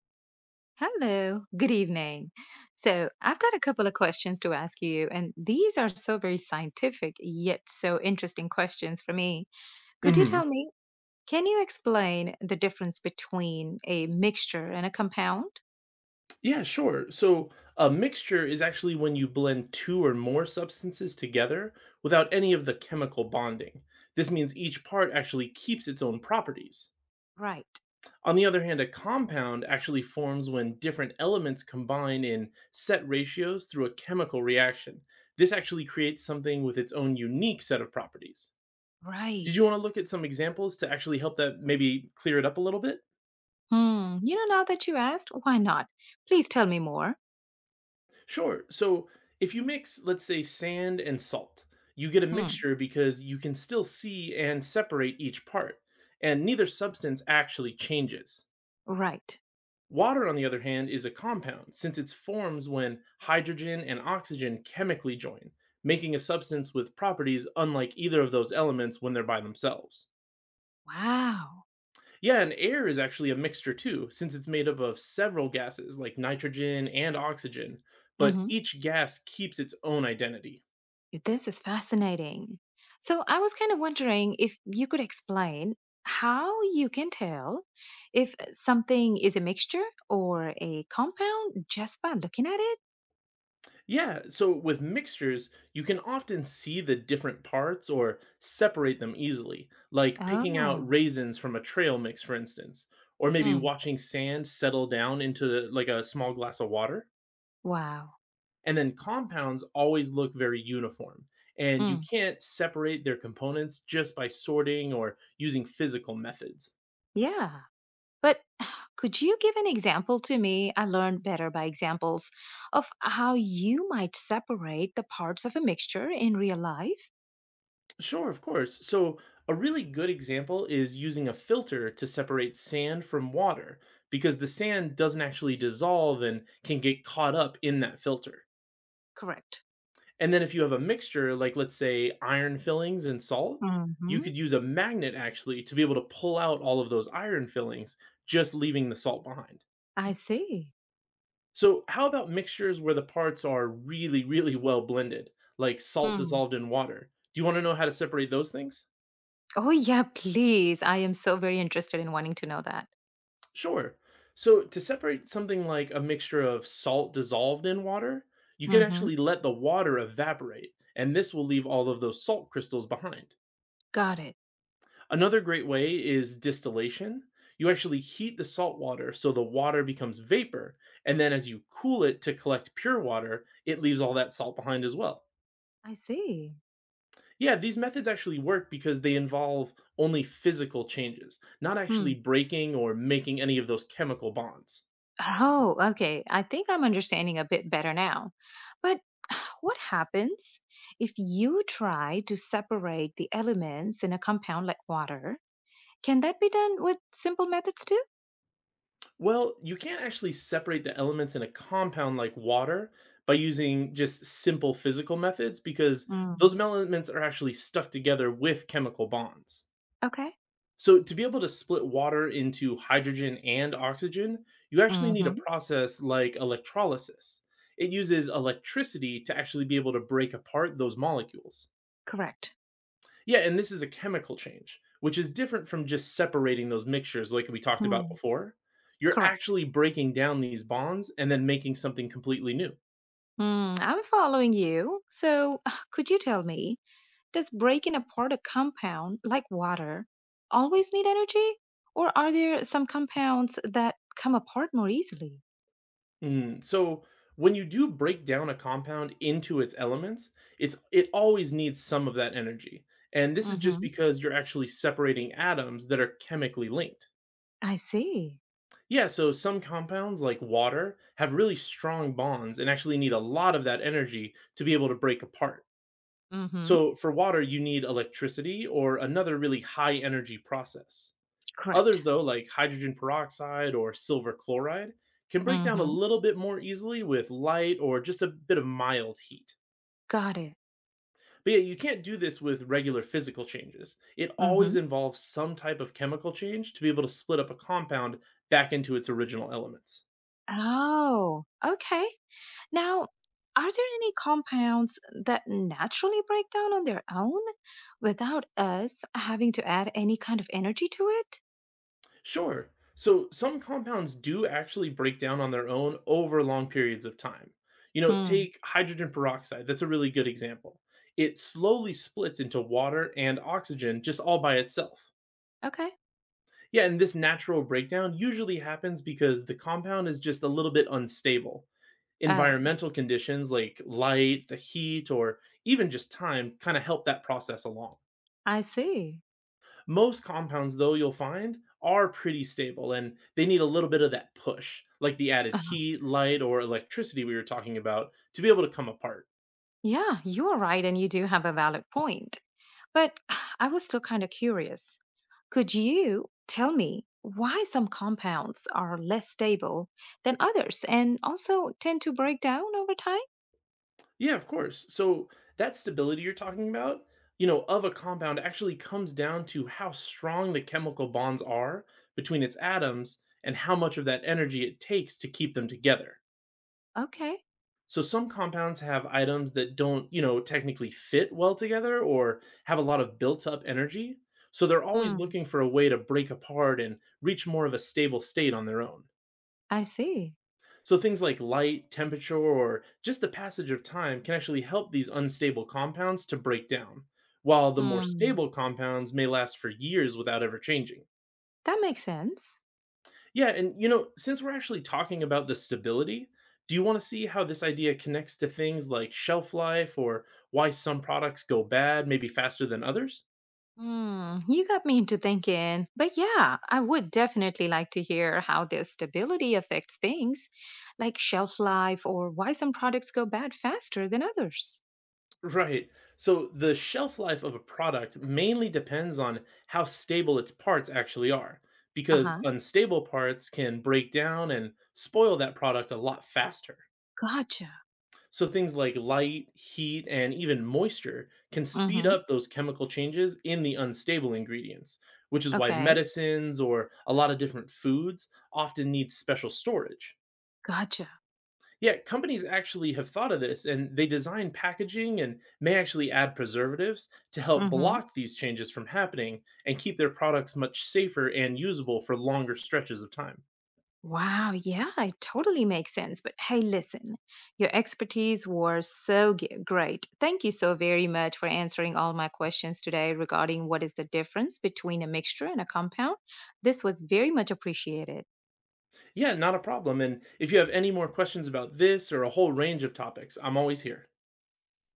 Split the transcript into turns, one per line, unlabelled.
Hello, good evening. So, I've got a couple of questions to ask you, and these are so very scientific yet so interesting questions for me. Could you
Mhm.
tell me, can you explain the difference between a mixture and a compound?
Yeah, sure. So a mixture is actually when you blend two or more substances together without any of the chemical bonding. This means each part actually keeps its own properties.
Right,
On the other hand, a compound actually forms when different elements combine in set ratios through a chemical reaction. This actually creates something with its own unique set of properties. Did
right.
you want to look at some examples to actually help that maybe clear it up a little bit?
Hmm, now that you asked, why not? Please tell me more.
Sure. So if you mix, let's say, sand and salt, you get a
Hmm,
mixture because you can still see and separate each part, and neither substance actually changes.
right.
Water, on the other hand, is a compound since it forms when hydrogen and oxygen chemically join, making a substance with properties unlike either of those elements when they're by themselves.
Wow.
Yeah, and air is actually a mixture too, since it's made up of several gases like nitrogen and oxygen, but each gas keeps its own identity.
This is fascinating. So I was kind of wondering if you could explain how you can tell if something is a mixture or a compound just by looking at it?
Yeah, so with mixtures, you can often see the different parts or separate them easily, like picking out
Oh,
raisins from a trail mix, for instance, or maybe
hmm,
watching sand settle down into like a small glass of water.
wow.
And then compounds always look very uniform, and you
Hmm.
can't separate their components just by sorting or using physical methods.
Yeah. But could you give an example to me? I learned better by examples of how you might separate the parts of a mixture in real life.
Sure, of course. So, a really good example is using a filter to separate sand from water because the sand doesn't actually dissolve and can get caught up in that filter.
Correct.
And then, if you have a mixture, like let's say iron fillings and salt, you
Hmm.
could use a magnet actually to be able to pull out all of those iron fillings, just leaving the salt behind.
I see.
So, how about mixtures where the parts are really, really well blended, like salt dissolved in water? Do you want to know how to separate those things?
Oh, yeah, please. I am so very interested in wanting to know that.
Sure. So to separate something like a mixture of salt dissolved in water, you can
Hmm.
actually let the water evaporate, and this will leave all of those salt crystals behind.
Got it.
Another great way is distillation. You actually heat the salt water so the water becomes vapor, and then as you cool it to collect pure water, it leaves all that salt behind as well.
I see.
Yeah, these methods actually work because they involve only physical changes, not
Hmm.
actually breaking or making any of those chemical bonds.
Oh, okay. I think I'm understanding a bit better now. But what happens if you try to separate the elements in a compound like water? Can that be done with simple methods too?
Well, you can't actually separate the elements in a compound like water by using just simple physical methods because
Mm.
those elements are actually stuck together with chemical bonds.
Okay.
So, to be able to split water into hydrogen and oxygen, you actually need a
Hmm.
process like electrolysis. It uses electricity to actually be able to break apart those molecules.
Correct.
Yeah, and this is a chemical change, which is different from just separating those mixtures like we talked about
Hmm.
before. You're
Correct.
actually breaking down these bonds and then making something completely new.
Hmm. I'm following you. So, could you tell me, does breaking apart a compound, like water, always need energy? Or are there some compounds that come apart more easily?
Mm, so when you do break down a compound into its elements, it always needs some of that energy. And this is just
Mm-hmm.
because you're actually separating atoms that are chemically linked.
I see.
Yeah, so some compounds like water have really strong bonds and actually need a lot of that energy to be able to break apart.
Mm-hmm.
So, for water, you need electricity or another really high energy process.
Correct.
Others, though, like hydrogen peroxide or silver chloride, can break down a
Mm-hmm.
little bit more easily with light or just a bit of mild heat.
Got it.
But yeah, you can't do this with regular physical changes. It always
Mm-hmm.
involves some type of chemical change to be able to split up a compound back into its original elements.
Oh, okay. Now, are there any compounds that naturally break down on their own without us having to add any kind of energy to it?
Sure. So some compounds do actually break down on their own over long periods of time. You know,
Hmm.
take hydrogen peroxide. That's a really good example. It slowly splits into water and oxygen just all by itself.
Okay.
Yeah, and this natural breakdown usually happens because the compound is just a little bit unstable.
Oh,
Environmental conditions like light, the heat, or even just time kind of help that process along.
I see.
Most compounds, though, you'll find are pretty stable and they need a little bit of that push, like the added heat, light, or electricity we were talking about, to be able to come apart.
Yeah, you're right, and you do have a valid point. But I was still kind of curious. Could you tell me why some compounds are less stable than others and also tend to break down over time?
Yeah, of course. So that stability you're talking about, you know, of a compound actually comes down to how strong the chemical bonds are between its atoms and how much of that energy it takes to keep them together.
Okay.
So some compounds have items that don't, you know, technically fit well together or have a lot of built up energy. So they're always
Hmm.
looking for a way to break apart and reach more of a stable state on their own.
I see.
So things like light, temperature, or just the passage of time can actually help these unstable compounds to break down, while the more
Hmm.
stable compounds may last for years without ever changing.
That makes sense.
Yeah, and you know, since we're actually talking about the stability, do you want to see how this idea connects to things like shelf life or why some products go bad maybe faster than others?
Hmm. You got me into thinking. But yeah, I would definitely like to hear how their stability affects things like shelf life or why some products go bad faster than others.
Right. So the shelf life of a product mainly depends on how stable its parts actually are,
Uh
because
huh.
unstable parts can break down and spoil that product a lot faster.
Gotcha.
So things like light, heat, and even moisture can speed
Mm-hmm.
up those chemical changes in the unstable ingredients, which is why
Okay.
medicines or a lot of different foods often need special storage.
Gotcha.
Yeah, companies actually have thought of this and they design packaging and may actually add preservatives to help
Mm-hmm.
block these changes from happening and keep their products much safer and usable for longer stretches of time.
Wow, yeah, it totally makes sense. But hey, listen, your expertise was so great. Thank you so very much for answering all my questions today regarding what is the difference between a mixture and a compound. This was very much appreciated.
Yeah, not a problem. And if you have any more questions about this or a whole range of topics, I'm always here.